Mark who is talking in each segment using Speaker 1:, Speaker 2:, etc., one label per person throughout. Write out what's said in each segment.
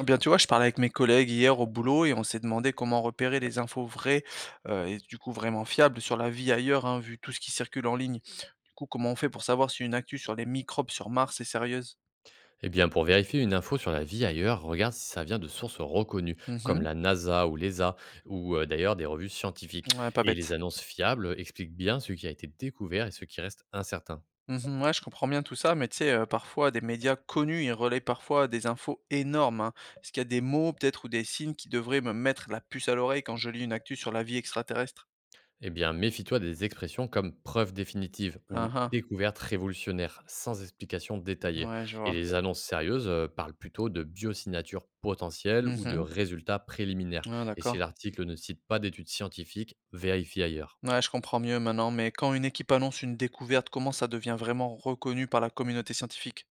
Speaker 1: Eh bien, tu vois, je parlais avec mes collègues hier au boulot et on s'est demandé comment repérer les infos vraies et du coup vraiment fiables sur la vie ailleurs, hein, vu tout ce qui circule en ligne. Du coup, comment on fait pour savoir si une actu sur les microbes sur Mars est sérieuse?
Speaker 2: Eh bien, pour vérifier une info sur la vie ailleurs, regarde si ça vient de sources reconnues, comme
Speaker 1: Mhm.
Speaker 2: la NASA ou l'ESA, ou d'ailleurs des revues scientifiques.
Speaker 1: Ouais, pas
Speaker 2: Et
Speaker 1: bête.
Speaker 2: les annonces fiables expliquent bien ce qui a été découvert et ce qui reste incertain.
Speaker 1: Mhm, ouais, je comprends bien tout ça, mais tu sais, parfois des médias connus, ils relaient parfois des infos énormes, hein. Est-ce qu'il y a des mots peut-être ou des signes qui devraient me mettre la puce à l'oreille quand je lis une actu sur la vie extraterrestre?
Speaker 2: Eh bien, méfie-toi des expressions comme preuve définitive
Speaker 1: Ah
Speaker 2: ou
Speaker 1: ah,
Speaker 2: découverte révolutionnaire, sans explication détaillée.
Speaker 1: ouais, je
Speaker 2: Et
Speaker 1: vois.
Speaker 2: les annonces sérieuses parlent plutôt de biosignatures potentielles ou de
Speaker 1: Mhm,
Speaker 2: résultats préliminaires.
Speaker 1: ouais,
Speaker 2: Et si
Speaker 1: d'accord.
Speaker 2: l'article ne cite pas d'études scientifiques, vérifie ailleurs.
Speaker 1: Ouais, je comprends mieux maintenant, mais quand une équipe annonce une découverte, comment ça devient vraiment reconnu par la communauté scientifique?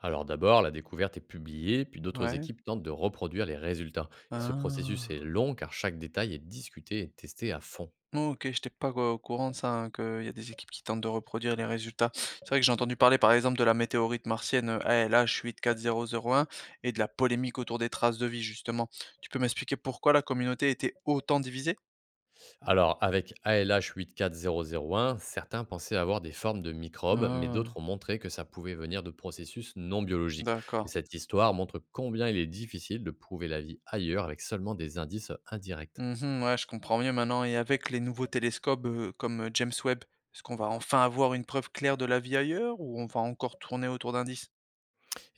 Speaker 2: Alors d'abord, la découverte est publiée, puis d'autres
Speaker 1: Ouais.
Speaker 2: équipes tentent de reproduire les résultats. Et ce processus
Speaker 1: Ah.
Speaker 2: est long car chaque détail est discuté et testé à fond.
Speaker 1: Ok, j'étais pas au courant de ça, hein, qu'il y a des équipes qui tentent de reproduire les résultats. C'est vrai que j'ai entendu parler par exemple de la météorite martienne ALH84001 et de la polémique autour des traces de vie, justement. Tu peux m'expliquer pourquoi la communauté était autant divisée?
Speaker 2: Alors avec ALH84001, certains pensaient avoir des formes de microbes, mais d'autres
Speaker 1: Ah,
Speaker 2: ont montré que ça pouvait venir de processus non biologiques. Et
Speaker 1: d'accord.
Speaker 2: cette histoire montre combien il est difficile de prouver la vie ailleurs avec seulement des indices indirects.
Speaker 1: Mmh, ouais, je comprends mieux maintenant. Et avec les nouveaux télescopes, comme, James Webb, est-ce qu'on va enfin avoir une preuve claire de la vie ailleurs ou on va encore tourner autour d'indices?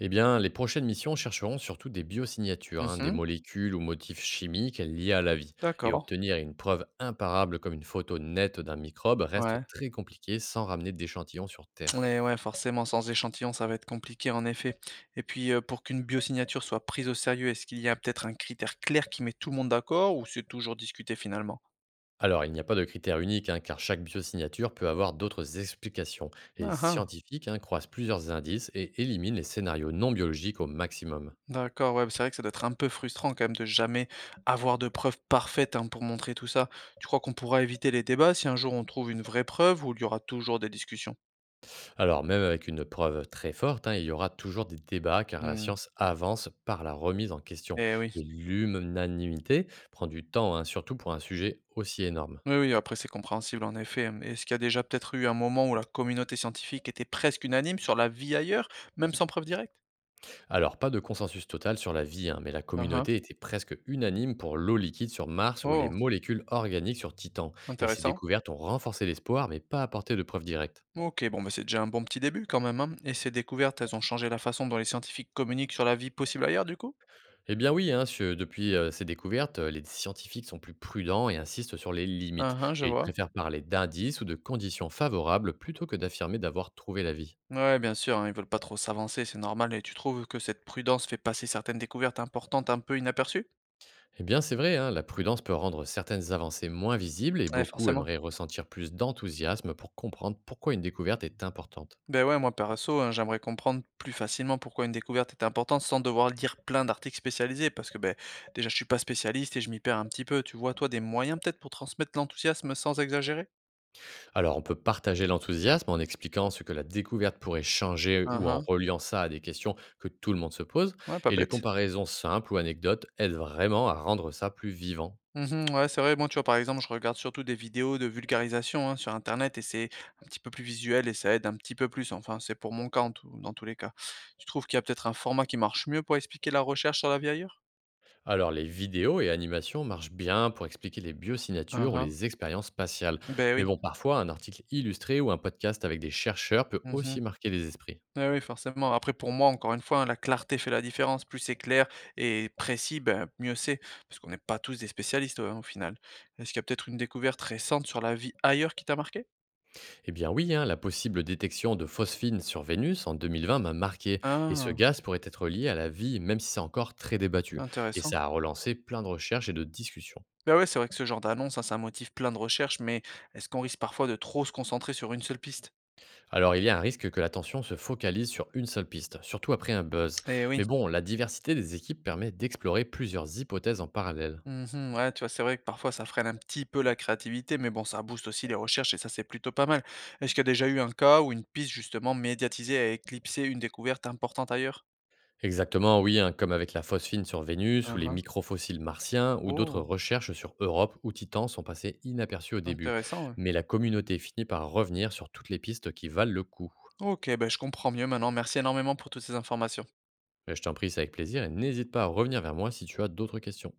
Speaker 2: Eh bien, les prochaines missions chercheront surtout des biosignatures, hein, des
Speaker 1: Mmh,
Speaker 2: molécules ou motifs chimiques liés à la vie. Et
Speaker 1: d'accord,
Speaker 2: obtenir une preuve imparable comme une photo nette d'un microbe reste
Speaker 1: ouais.
Speaker 2: très compliqué sans ramener d'échantillons sur Terre.
Speaker 1: Mais ouais, forcément, sans échantillon, ça va être compliqué en effet. Et puis, pour qu'une biosignature soit prise au sérieux, est-ce qu'il y a peut-être un critère clair qui met tout le monde d'accord ou c'est toujours discuté finalement?
Speaker 2: Alors, il n'y a pas de critère unique, hein, car chaque biosignature peut avoir d'autres explications. Les
Speaker 1: Mmh mh.
Speaker 2: scientifiques hein, croisent plusieurs indices et éliminent les scénarios non biologiques au maximum.
Speaker 1: D'accord, ouais, bah, c'est vrai que ça doit être un peu frustrant quand même de jamais avoir de preuves parfaites, hein, pour montrer tout ça. Tu crois qu'on pourra éviter les débats si un jour on trouve une vraie preuve ou il y aura toujours des discussions?
Speaker 2: Alors, même avec une preuve très forte, hein, il y aura toujours des débats car la
Speaker 1: Hmm.
Speaker 2: science avance par la remise en question.
Speaker 1: Eh oui,
Speaker 2: Et l'unanimité prend du temps, hein, surtout pour un sujet aussi énorme.
Speaker 1: oui, oui, après c'est compréhensible en effet, hein. Est-ce qu'il y a déjà peut-être eu un moment où la communauté scientifique était presque unanime sur la vie ailleurs, même sans preuve directe?
Speaker 2: Alors, pas de consensus total sur la vie, hein, mais la
Speaker 1: Ah ah.
Speaker 2: communauté était presque unanime pour l'eau liquide sur Mars ou les
Speaker 1: Oh,
Speaker 2: molécules organiques sur Titan. Et ces
Speaker 1: intéressant.
Speaker 2: découvertes ont renforcé l'espoir, mais pas apporté de preuves directes.
Speaker 1: Ok, bon, bah c'est déjà un bon petit début quand même, hein. Et ces découvertes, elles ont changé la façon dont les scientifiques communiquent sur la vie possible ailleurs, du coup?
Speaker 2: Eh bien oui, hein, depuis ces découvertes, les scientifiques sont plus prudents et insistent sur les limites.
Speaker 1: Ah ah, je
Speaker 2: Et ils
Speaker 1: vois.
Speaker 2: préfèrent parler d'indices ou de conditions favorables plutôt que d'affirmer d'avoir trouvé la vie.
Speaker 1: Ouais, bien sûr, hein, ils veulent pas trop s'avancer, c'est normal. Et tu trouves que cette prudence fait passer certaines découvertes importantes un peu inaperçues?
Speaker 2: Eh bien c'est vrai, hein, la prudence peut rendre certaines avancées moins visibles et
Speaker 1: Ouais,
Speaker 2: beaucoup
Speaker 1: forcément.
Speaker 2: aimeraient ressentir plus d'enthousiasme pour comprendre pourquoi une découverte est importante.
Speaker 1: Ben ouais, moi perso, hein, j'aimerais comprendre plus facilement pourquoi une découverte est importante sans devoir lire plein d'articles spécialisés, parce que ben déjà je suis pas spécialiste et je m'y perds un petit peu. Tu vois, toi, des moyens peut-être pour transmettre l'enthousiasme sans exagérer?
Speaker 2: Alors on peut partager l'enthousiasme en expliquant ce que la découverte pourrait changer ou en
Speaker 1: Uhum.
Speaker 2: reliant ça à des questions que tout le monde se pose,
Speaker 1: Ouais, pas
Speaker 2: et les
Speaker 1: bête.
Speaker 2: comparaisons simples ou anecdotes aident vraiment à rendre ça plus vivant.
Speaker 1: Mmh, ouais, c'est vrai. Moi, tu vois, par exemple, je regarde surtout des vidéos de vulgarisation, hein, sur internet et c'est un petit peu plus visuel et ça aide un petit peu plus. Enfin, c'est pour mon cas en tout dans tous les cas. Tu trouves qu'il y a peut-être un format qui marche mieux pour expliquer la recherche sur la vie ailleurs?
Speaker 2: Alors, les vidéos et animations marchent bien pour expliquer les
Speaker 1: Hein,
Speaker 2: biosignatures ou
Speaker 1: hein.
Speaker 2: les expériences spatiales.
Speaker 1: Oui.
Speaker 2: Mais bon, parfois, un article illustré ou un podcast avec des chercheurs peut
Speaker 1: Mmh mh.
Speaker 2: aussi marquer les esprits.
Speaker 1: Eh oui, forcément. Après pour moi, encore une fois, hein, la clarté fait la différence. Plus c'est clair et précis, ben, mieux c'est. Parce qu'on n'est pas tous des spécialistes, au final. Est-ce qu'il y a peut-être une découverte récente sur la vie ailleurs qui t'a marqué?
Speaker 2: Eh bien oui, hein, la possible détection de phosphine sur Vénus en 2020 m'a marqué, et ce
Speaker 1: Ah!
Speaker 2: gaz pourrait être lié à la vie, même si c'est encore très débattu. Et
Speaker 1: Intéressant.
Speaker 2: ça a relancé plein de recherches et de discussions.
Speaker 1: Bah ouais, c'est vrai que ce genre d'annonce, hein, ça motive plein de recherches, mais est-ce qu'on risque parfois de trop se concentrer sur une seule piste?
Speaker 2: Alors, il y a un risque que l'attention se focalise sur une seule piste, surtout après un buzz.
Speaker 1: Eh oui.
Speaker 2: Mais bon, la diversité des équipes permet d'explorer plusieurs hypothèses en parallèle.
Speaker 1: Mhm, ouais, tu vois, c'est vrai que parfois ça freine un petit peu la créativité, mais bon, ça booste aussi les recherches et ça, c'est plutôt pas mal. Est-ce qu'il y a déjà eu un cas où une piste justement médiatisée a éclipsé une découverte importante ailleurs?
Speaker 2: Exactement, oui, hein, comme avec la phosphine sur Vénus ou les
Speaker 1: Uhum.
Speaker 2: microfossiles martiens ou d'autres
Speaker 1: Oh,
Speaker 2: recherches sur Europe ou Titan sont passées inaperçues au début.
Speaker 1: intéressant, ouais.
Speaker 2: Mais la communauté finit par revenir sur toutes les pistes qui valent le coup.
Speaker 1: Ok, ben je comprends mieux maintenant. Merci énormément pour toutes ces informations.
Speaker 2: Mais je t'en prie, c'est avec plaisir et n'hésite pas à revenir vers moi si tu as d'autres questions.